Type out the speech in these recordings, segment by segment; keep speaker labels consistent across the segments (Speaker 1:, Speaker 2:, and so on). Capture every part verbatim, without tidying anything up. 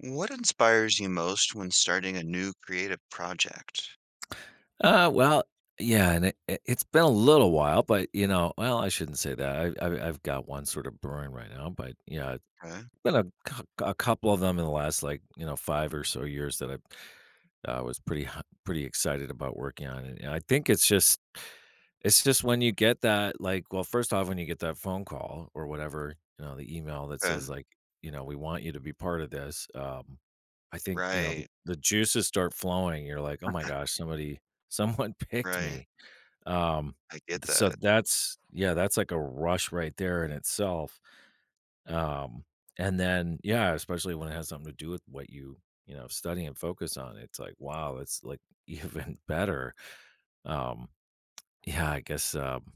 Speaker 1: What inspires you most when starting a new creative project?
Speaker 2: Uh, well, yeah, and it, it- it's been a little while, but you know, well, I shouldn't say that. I, I, I've got one sort of brewing right now, but yeah, it's
Speaker 1: Okay,
Speaker 2: been a, cou- a couple of them in the last like you know five or so years that I've I was pretty h pretty excited about working on it, and I think it's just it's just when you get that, like well, first off, when you get that phone call or whatever, you know, the email that
Speaker 1: okay,
Speaker 2: says, like, you know, "We want you to be part of this," um, I think, you know, the
Speaker 1: right,
Speaker 2: the juices start flowing, you're like, "Oh my gosh, somebody someone picked
Speaker 1: right.
Speaker 2: me." Um,
Speaker 1: I get
Speaker 2: th- so
Speaker 1: that.
Speaker 2: that's yeah, that's like a rush right there in itself. Um, and then yeah, especially when it has something to do with what you, you know, study and focus on, it's like, wow, it's like even better. Um, yeah, I guess um,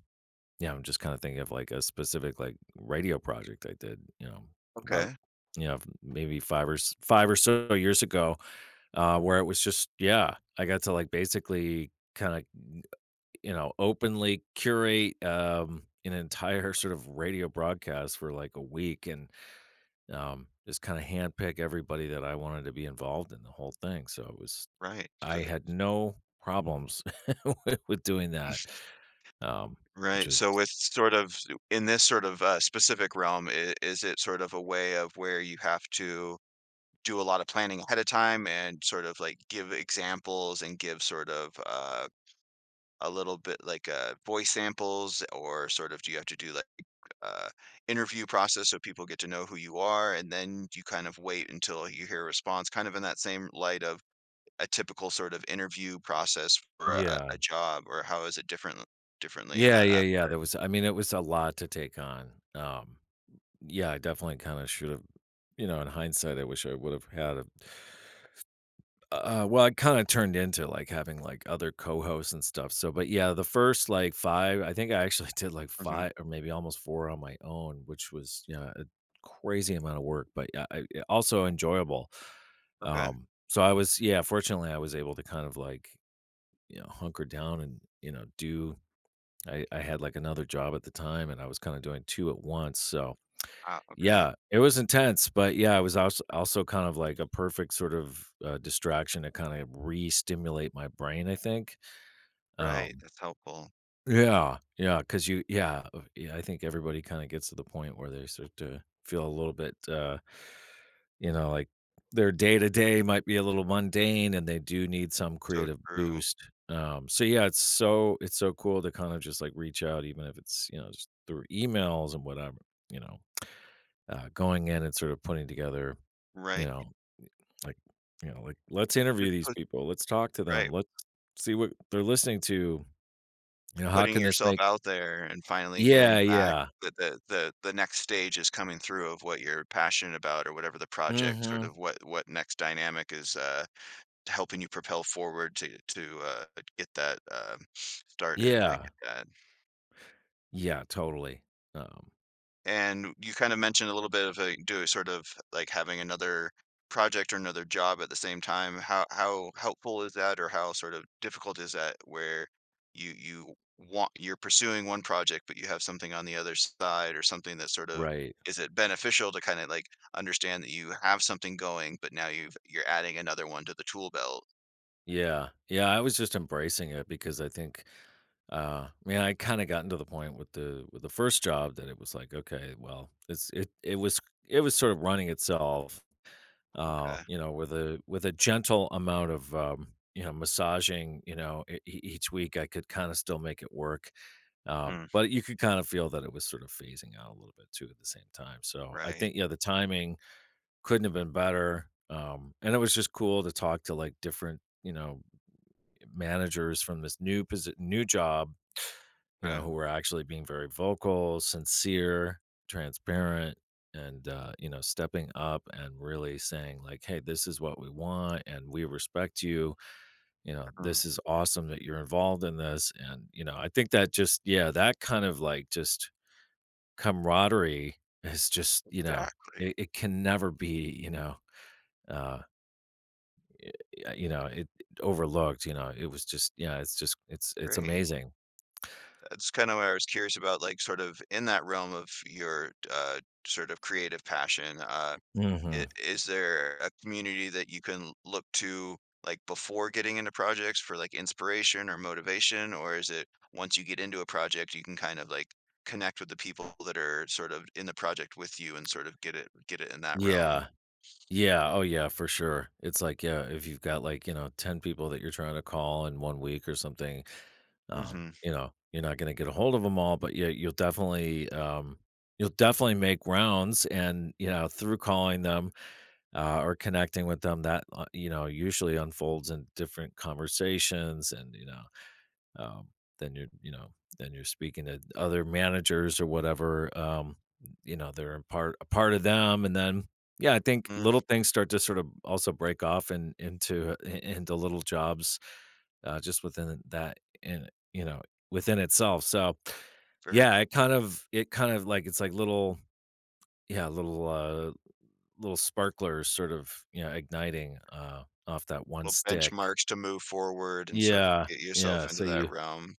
Speaker 2: yeah, I'm just kind of thinking of like a specific like radio project I did, you know, about
Speaker 1: Okay,
Speaker 2: you know, maybe five or s- five or so years ago, uh, where it was just yeah, I got to like basically kind of you know openly curate um an entire sort of radio broadcast for like a week, and um, just kinda handpick everybody that I wanted to be involved in the whole thing, so it was
Speaker 1: right.
Speaker 2: I
Speaker 1: So,
Speaker 2: had no problems with with doing that, um, which
Speaker 1: right.
Speaker 2: was
Speaker 1: So, with sort of in this sort of uh, specific realm, i- is it sort of a way of where you have to do a lot of planning ahead of time and sort of like give examples and give sort of uh, a little bit like uh, voice samples, or sort of do you have to do like uh, interview process so people get to know who you are, and then you kind of wait until you hear a response, kind of in that same light of a typical sort of interview process for a,
Speaker 2: yeah.
Speaker 1: a job, or how is it different differently in
Speaker 2: Yeah,
Speaker 1: that
Speaker 2: yeah,
Speaker 1: aspect?
Speaker 2: yeah, there was I mean, it was a lot to take on, um, yeah, I definitely kinda should have you know, in hindsight, I wish I would have had a Uh, well, it kinda turned into, like, having, like, other co-hosts and stuff, so but, yeah, the first, like, five, I think I actually did, like,
Speaker 1: Hmm.
Speaker 2: five or maybe almost four on my own, which was, yeah, a crazy amount of work, but, yeah, I yeah, also enjoyable.
Speaker 1: Okay.
Speaker 2: Um, so I was yeah, fortunately, I was able to kind of, like, you know, hunker down and, you know, do I I had, like, another job at the time, and I was kinda doing two at once, so
Speaker 1: Ah, okay.
Speaker 2: yeah, it was intense, but yeah, it was also also kind of like a perfect sort of, uh, distraction to kinda like re-stimulate my brain, I think.
Speaker 1: Right.
Speaker 2: Um
Speaker 1: That's helpful.
Speaker 2: Yeah, yeah, because you yeah, uh, yeah, I think everybody kinda gets to the point where they start to feel a little bit, uh, you know, like their day to day might be a little mundane and they do need some
Speaker 1: So
Speaker 2: creative
Speaker 1: true.
Speaker 2: boost. Um, so yeah, it's so it's so cool to kind of just, like, reach out even if it's, you know, just through emails and whatever, you know, uh, going in and sort of putting together you
Speaker 1: Right.
Speaker 2: know, like, you know, like, "Let's
Speaker 1: Just
Speaker 2: interview these
Speaker 1: put,
Speaker 2: people, let's talk to them,
Speaker 1: right.
Speaker 2: let's see what they're listening to, you know, how
Speaker 1: Putting
Speaker 2: can this
Speaker 1: yourself
Speaker 2: make"
Speaker 1: out there and finally hearing
Speaker 2: yeah,
Speaker 1: back
Speaker 2: yeah.
Speaker 1: that the, the the next stage is coming through of what you're passionate about, or whatever the project sort
Speaker 2: Mhm.
Speaker 1: of, what what next dynamic is uh helping you propel forward to to, uh, get that, um, started. I get
Speaker 2: Yeah.
Speaker 1: that.
Speaker 2: Yeah, totally. Um,
Speaker 1: And you kinda mentioned a little bit of, like, do sort of, like, having another project or another job at the same time. How how helpful is that, or how sort of difficult is that where you you want, you're pursuing one project, but you have something on the other side or something that sort of,
Speaker 2: right.
Speaker 1: is it beneficial to kinda, like, understand that you have something going, but now you've you're adding another one to the tool belt?
Speaker 2: Yeah. Yeah, I was just embracing it because I think, uh, I mean, I kinda gotten to the point with the with the first job that it was like, "Okay, well, it's it it was it was sort of running itself." uh,
Speaker 1: Okay.
Speaker 2: you know, with a with a gentle amount of um, you know massaging, you know, e- e- each week I could kind of still make it work, um,
Speaker 1: Hmm.
Speaker 2: but you could kind of feel that it was sort of phasing out a little bit too at the same time. So I
Speaker 1: Right.
Speaker 2: think yeah, the timing couldn't have been better, um, and it was just cool to talk to like different you know managers from this new posi- new job you know,
Speaker 1: Okay.
Speaker 2: who were actually being very vocal, sincere, transparent, and, uh, you know, stepping up and really saying, like, hey, this is what we want and we respect you. You know,
Speaker 1: Mhm.
Speaker 2: this is awesome that you're involved in this. And, you know, I think that just, yeah, that kind of like just camaraderie is just, you know,
Speaker 1: Exactly.
Speaker 2: it, it can never be, you know, uh, y- you know, it overlooked, you know, it was just, yeah, it's just, it's, it's
Speaker 1: Great.
Speaker 2: amazing.
Speaker 1: That's kind of what I was curious about, like, sort of in that realm of your, uh, sort of creative passion, uh,
Speaker 2: Hmm.
Speaker 1: I is there a community that you can look to, like, before getting into projects for, like, inspiration or motivation? Or is it, once you get into a project, you can kind of, like, connect with the people that are sort of in the project with you, and sort of get it get it in that realm?
Speaker 2: Yeah. Yeah, oh yeah, for sure. It's like, yeah, if you've got like, you know, ten people that you're trying to call in one week or something,
Speaker 1: Mm,
Speaker 2: um,
Speaker 1: mhm.
Speaker 2: you know, you're not gonna get a hold of them all, but yeah, you'll definitely, um, you'll definitely make rounds and, you know, through calling them, uh, or connecting with them that, uh, you know, usually unfolds in different conversations and, you know um, then you're, you know, then you're speaking to other managers or whatever. Um, you know, they're a part a part of them, and then yeah, I think
Speaker 1: Mm.
Speaker 2: little things start to sort of also break off and into uh, i- into little jobs, uh, just within that, and you know, within itself. So
Speaker 1: Very cool
Speaker 2: yeah, it kind of it kind of like it's like little yeah little uh little sparklers sort of you know igniting uh off that one stick.
Speaker 1: benchmarks to move forward and sort of
Speaker 2: Yeah,
Speaker 1: get yourself
Speaker 2: yeah.
Speaker 1: into
Speaker 2: So
Speaker 1: that
Speaker 2: you
Speaker 1: realm.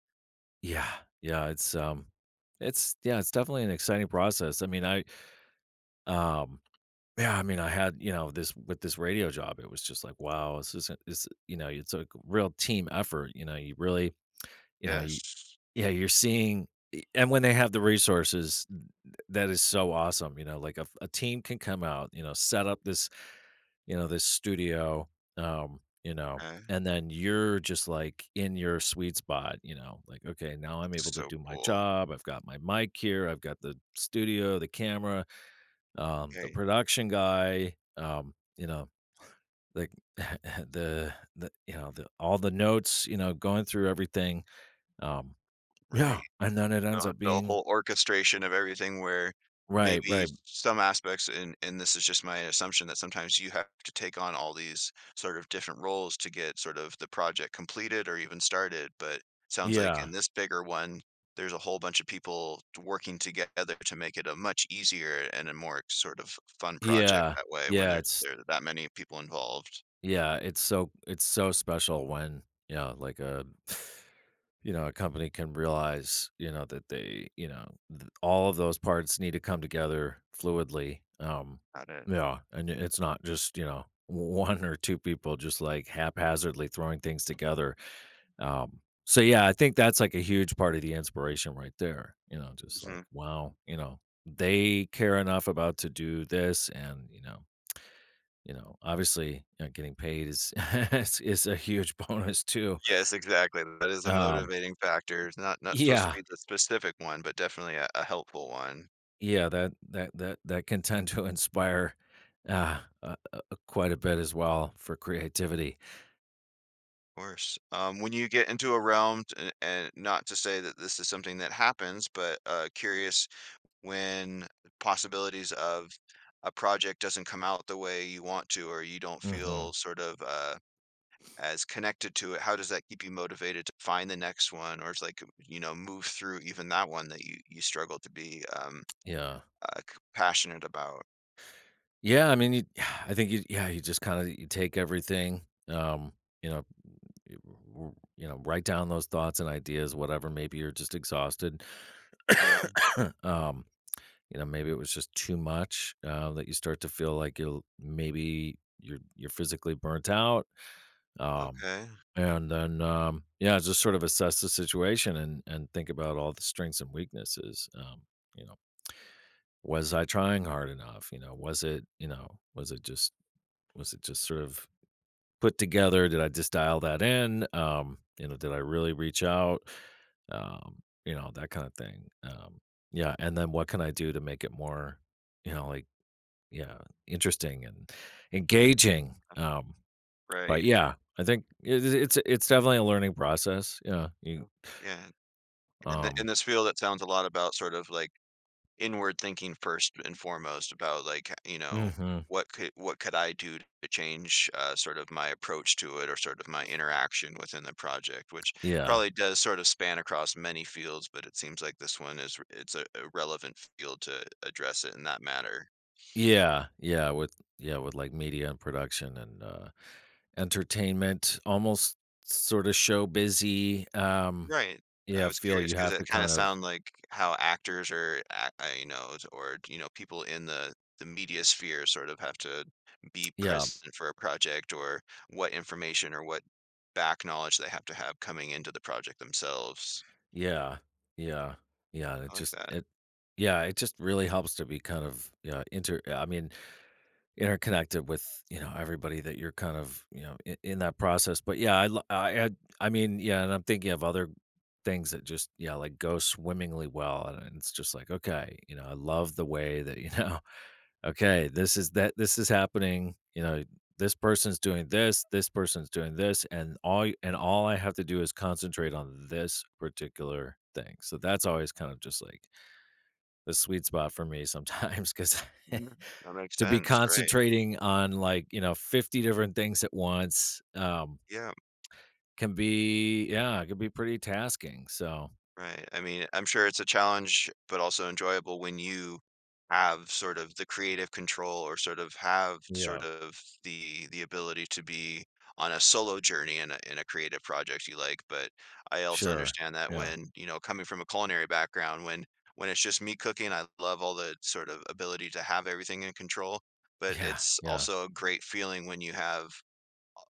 Speaker 2: yeah, yeah, it's um, it's yeah, it's definitely an exciting process. I mean, I um, yeah, I mean, I had you know this with this radio job, it was just like wow, this isn't this you know it's a real team effort. You know, you really you know you,
Speaker 1: Yes.
Speaker 2: yeah, you're seeing, and when they have the resources, th- that is so awesome. You know, like a, a team can come out, you know, set up this you know, this studio, um, you know,
Speaker 1: Okay.
Speaker 2: and then you're just like in your sweet spot, you know, like, okay, now I'm
Speaker 1: It's
Speaker 2: able to
Speaker 1: so
Speaker 2: do my
Speaker 1: cool.
Speaker 2: job. I've got my mic here. I've got the studio, the camera, um, the
Speaker 1: Right,
Speaker 2: production guy, um, you know, like the, the, you know, the, all the notes, you know, going through everything. Um,
Speaker 1: right.
Speaker 2: yeah. And then it ends
Speaker 1: Uh,
Speaker 2: up
Speaker 1: the
Speaker 2: being
Speaker 1: whole orchestration of everything where
Speaker 2: right,
Speaker 1: maybe
Speaker 2: right.
Speaker 1: some aspects, and and this is just my assumption, that sometimes you have to take on all these sort of different roles to get sort of the project completed or even started, but sounds like
Speaker 2: Yeah.
Speaker 1: in this bigger one, there's a whole bunch of people t working together to make it a much easier and a more sort of fun project
Speaker 2: Yeah.
Speaker 1: that way, when
Speaker 2: Yeah,
Speaker 1: there's
Speaker 2: it's
Speaker 1: there are that many people involved.
Speaker 2: yeah, it's so it's so special when, you know, like a you know, a company can realize, you know, that they, you know, th- all of those parts need to come together fluidly. Um,
Speaker 1: Got it.
Speaker 2: yeah, and it's not just, you know, one or two people just like haphazardly throwing things together. Um, so yeah, I think that's like a huge part of the inspiration right there. You know, just like
Speaker 1: Mhm.
Speaker 2: wow, you know, they care enough about to do this, and you know, you know, obviously, you know, getting paid is is is a huge bonus too.
Speaker 1: Yes, exactly, that is a
Speaker 2: Um,
Speaker 1: motivating factor. It's not not supposed to
Speaker 2: yeah,
Speaker 1: be the specific one, but definitely a a helpful one,
Speaker 2: yeah, that that that that can tend to inspire uh, uh, uh, quite a bit as well for creativity.
Speaker 1: of course. Um, when you get into a realm, and and not to say that this is something that happens, but, uh, curious when, possibilities of a project doesn't come out the way you want to, or you don't feel
Speaker 2: Hmm.
Speaker 1: sort of, uh, as connected to it, how does that keep you motivated to find the next one, or it's like, you know, move through even that one that you you struggle to be, um,
Speaker 2: Yeah,
Speaker 1: uh, c passionate about?
Speaker 2: yeah. I mean, you, I think you, yeah, you just kind of you take everything. Um, you know, y- w- you know, write down those thoughts and ideas, whatever. Maybe you're just exhausted.
Speaker 1: Yeah.
Speaker 2: um, you know, maybe it was just too much, uh, that you start to feel like you'll maybe you're you're physically burnt out, um,
Speaker 1: Okay,
Speaker 2: and then, um, yeah, just sort of assess the situation and and think about all the strengths and weaknesses, um, you know, "Was I trying hard enough?" You know, "Was it" you know, "Was it just was it just sort of put together? Did I just dial that in?" Um, you know, "Did I really reach out?" Um, you know, that kinda thing, um, yeah, and then what can I do to make it more, you know, like, yeah, interesting and engaging, um, but
Speaker 1: right.
Speaker 2: yeah, I think it it's it's definitely a learning process, yeah, you
Speaker 1: Oh, yeah, in the in
Speaker 2: um
Speaker 1: this field, it sounds a lot about sort of, like, inward thinking first and foremost about, like, you know,
Speaker 2: Mhm,
Speaker 1: what could what could I do to change, uh, sort of my approach to it, or sort of my interaction within the project, which
Speaker 2: yeah.
Speaker 1: probably does sort of span across many fields, but it seems like this one is r- it's a a relevant field to address it in that matter.
Speaker 2: Yeah, yeah, with yeah, with, like, media and production and, uh, entertainment, almost sorta show-busy, um,
Speaker 1: Right. I
Speaker 2: yeah,
Speaker 1: was
Speaker 2: feel
Speaker 1: curious
Speaker 2: you
Speaker 1: because
Speaker 2: have to
Speaker 1: it kinda
Speaker 2: kind of
Speaker 1: sound like how actors, or a uh, you know, t- or, you know, people in the the media sphere sort of have to be
Speaker 2: yeah,
Speaker 1: present for a project, or what information or what back knowledge they have to have coming into the project themselves.
Speaker 2: yeah, yeah, yeah, and it
Speaker 1: I like
Speaker 2: just
Speaker 1: that.
Speaker 2: it yeah, it just really helps to be kind of, yeah, inter I mean interconnected with, you know, everybody that you're kind of, you know, in, in that process. But yeah, I, lo- I, I, I mean, yeah, and I'm thinking of other things that just, yeah, like go swimmingly well, and, and it's just like, okay, you know, I love the way that, you know, okay, this is that, this is happening, you know, this person's doing this, this person's doing this, and all, y- and all I have to do is concentrate on this particular thing. So that's always kind of just like the sweet spot for me sometimes because
Speaker 1: Mm, that makes
Speaker 2: to be
Speaker 1: sense, right.
Speaker 2: concentrating on like, you know, fifty different things at once, um,
Speaker 1: Yeah.
Speaker 2: can be yeah, it can be pretty tasking. So,
Speaker 1: Right, I mean, I'm sure it's a challenge, but also enjoyable when you have sort of the creative control, or sort of have sort
Speaker 2: yeah,
Speaker 1: of the the ability to be on a solo journey in a in a creative project you like, but I also
Speaker 2: sure.
Speaker 1: understand that
Speaker 2: Yeah.
Speaker 1: when, you know, coming from a culinary background, when when it's just me cooking, I love all the sort of ability to have everything in control, but
Speaker 2: Yeah.
Speaker 1: it's
Speaker 2: Yeah.
Speaker 1: also a great feeling when you have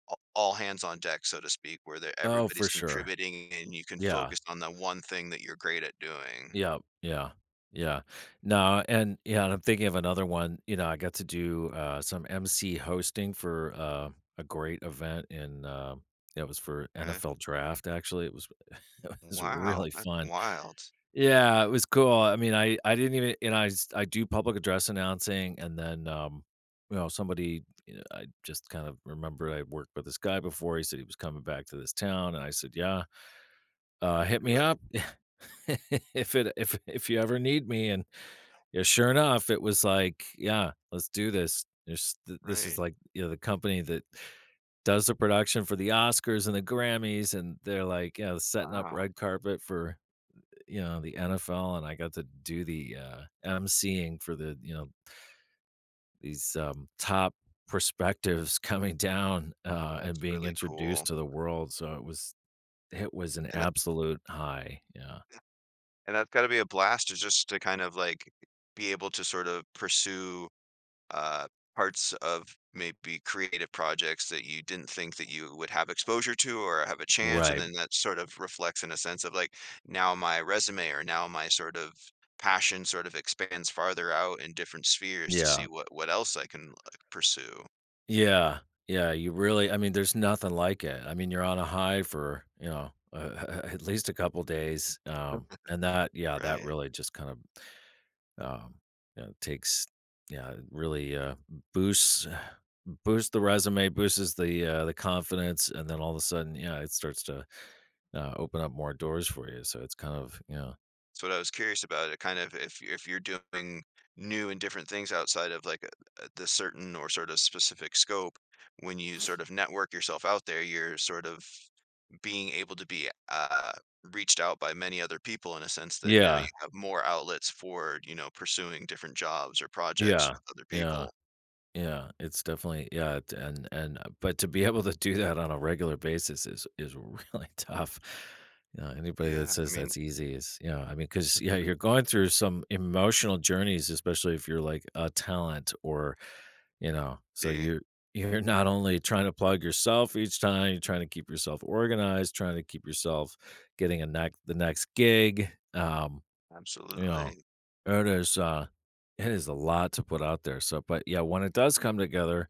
Speaker 1: all all hands on deck, so to speak, where that
Speaker 2: Oh, for
Speaker 1: everybody's
Speaker 2: sure.
Speaker 1: contributing and you can
Speaker 2: Yeah.
Speaker 1: focus on the one thing that you're great at doing.
Speaker 2: Yeah. Yeah. Yeah. No, and yeah, and I'm thinking of another one. You know, I got to do uh some M C hosting for uh a great event in uh, it was for
Speaker 1: Okay.
Speaker 2: N F L draft actually. It was it was
Speaker 1: Wow,
Speaker 2: really
Speaker 1: that's
Speaker 2: fun
Speaker 1: wild.
Speaker 2: yeah, it was cool. I mean, I I didn't even and I s I do public address announcing, and then, um, you know, somebody, you know, I just kind of remembered I worked with this guy before, he said he was coming back to this town, and I said, "Yeah, uh, hit
Speaker 1: Do
Speaker 2: me
Speaker 1: it.
Speaker 2: up if it if if you ever need me," and, yeah, sure enough, it was like, "Yeah, let's do this. There's th this is,
Speaker 1: Right.
Speaker 2: like, you know, the company that does the production for the Oscars and the Grammys," and they're like, you know, setting up
Speaker 1: Wow.
Speaker 2: red carpet for you know, the N F L, and I got to do the, uh, emceeing for the, you know, these, um, top perspectives coming down, uh, and
Speaker 1: That's
Speaker 2: being
Speaker 1: really cool.
Speaker 2: introduced to the world, so it was it was an
Speaker 1: And that,
Speaker 2: absolute high, yeah.
Speaker 1: and that's got to be a blast, to just to kind of like be able to sort of pursue, uh, parts of maybe creative projects that you didn't think that you would have exposure to or have a chance, and
Speaker 2: Right,
Speaker 1: then that sort of reflects in a sense of like, now my resume, or now my sort of passion sort of expands farther out in different spheres, to see
Speaker 2: yeah.
Speaker 1: what what else I can, like, pursue.
Speaker 2: Yeah, yeah, you really I mean, there's nothing like it. I mean, you're on a high for, you know, uh, at least a couple days, um,
Speaker 1: Yep.
Speaker 2: and that yeah, that
Speaker 1: Right.
Speaker 2: really just kind of Um, you know, it takes yeah, it really, uh, boosts boosts the resume, boosts the, uh, the confidence, and then all of a sudden, yeah, it starts to, uh, open up more doors for you, so it's kind of yeah.
Speaker 1: So what I was curious about, it kind of, if if you're doing new and different things outside of like, uh, the certain or sort of specific scope, when you sort of network yourself out there, you're sort of being able to be, uh, reached out by many other people in a sense that now you
Speaker 2: Yeah,
Speaker 1: have more outlets for, you know, pursuing different jobs or projects
Speaker 2: yeah,
Speaker 1: with other
Speaker 2: yeah,
Speaker 1: people.
Speaker 2: yeah, it's definitely yeah, it and and uh, but to be able to do that on a regular basis is is really tough. You know, anybody that
Speaker 1: Yeah, I
Speaker 2: says
Speaker 1: mean,
Speaker 2: that's easy is yeah, I mean, because yeah, you're going through some emotional journeys, especially if you're like a talent or you know, so
Speaker 1: eh,
Speaker 2: you're you're not only trying to plug yourself each time, you're trying to keep yourself organized, trying to keep yourself getting a neck the next gig. Um, you know,
Speaker 1: absolutely.
Speaker 2: it is uh it is a lot to put out there. So but yeah, when it does come together,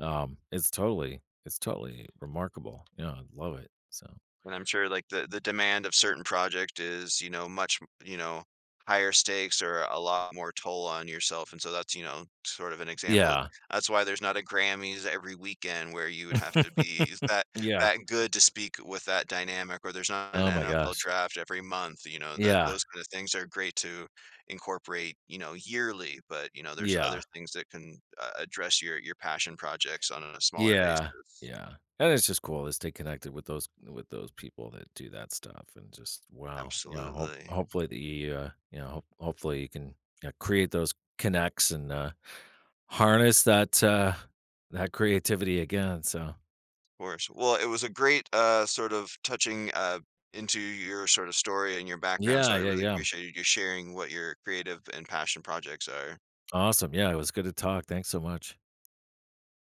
Speaker 2: um, it's totally it's totally remarkable. Yeah, I love it. So
Speaker 1: And I'm sure like the the demand of certain project is, you know, much, you know, higher stakes or a lot more toll on yourself. And so that's, you know, sort of an example.
Speaker 2: yeah.
Speaker 1: That's why there's not a Grammys every weekend where you would have to be, is that
Speaker 2: yeah.
Speaker 1: that good to speak with that dynamic, or there's not an
Speaker 2: Oh my
Speaker 1: N F L
Speaker 2: gosh.
Speaker 1: draft every month, you know, that
Speaker 2: Yeah.
Speaker 1: those kind of things are great to incorporate, you know, yearly, but you know, there's other
Speaker 2: Yeah.
Speaker 1: things that can, uh, address your your passion projects on a smaller
Speaker 2: Yeah,
Speaker 1: basis.
Speaker 2: yeah, and it's just cool to stay connected with those with those people that do that stuff, and just wow, you know, hope
Speaker 1: Absolutely.
Speaker 2: hopefully that you, uh, you know, hope hopefully you can you know, create those connects and uh, harness that uh, that creativity again. So
Speaker 1: Course. Well, it was a great, uh, sort of touching, uh, into your sort of story and your background. So
Speaker 2: yeah,
Speaker 1: I
Speaker 2: yeah,
Speaker 1: really
Speaker 2: yeah,
Speaker 1: appreciated you sharing what your creative and passion projects are.
Speaker 2: awesome. Yeah, it was good to talk. Thanks so much.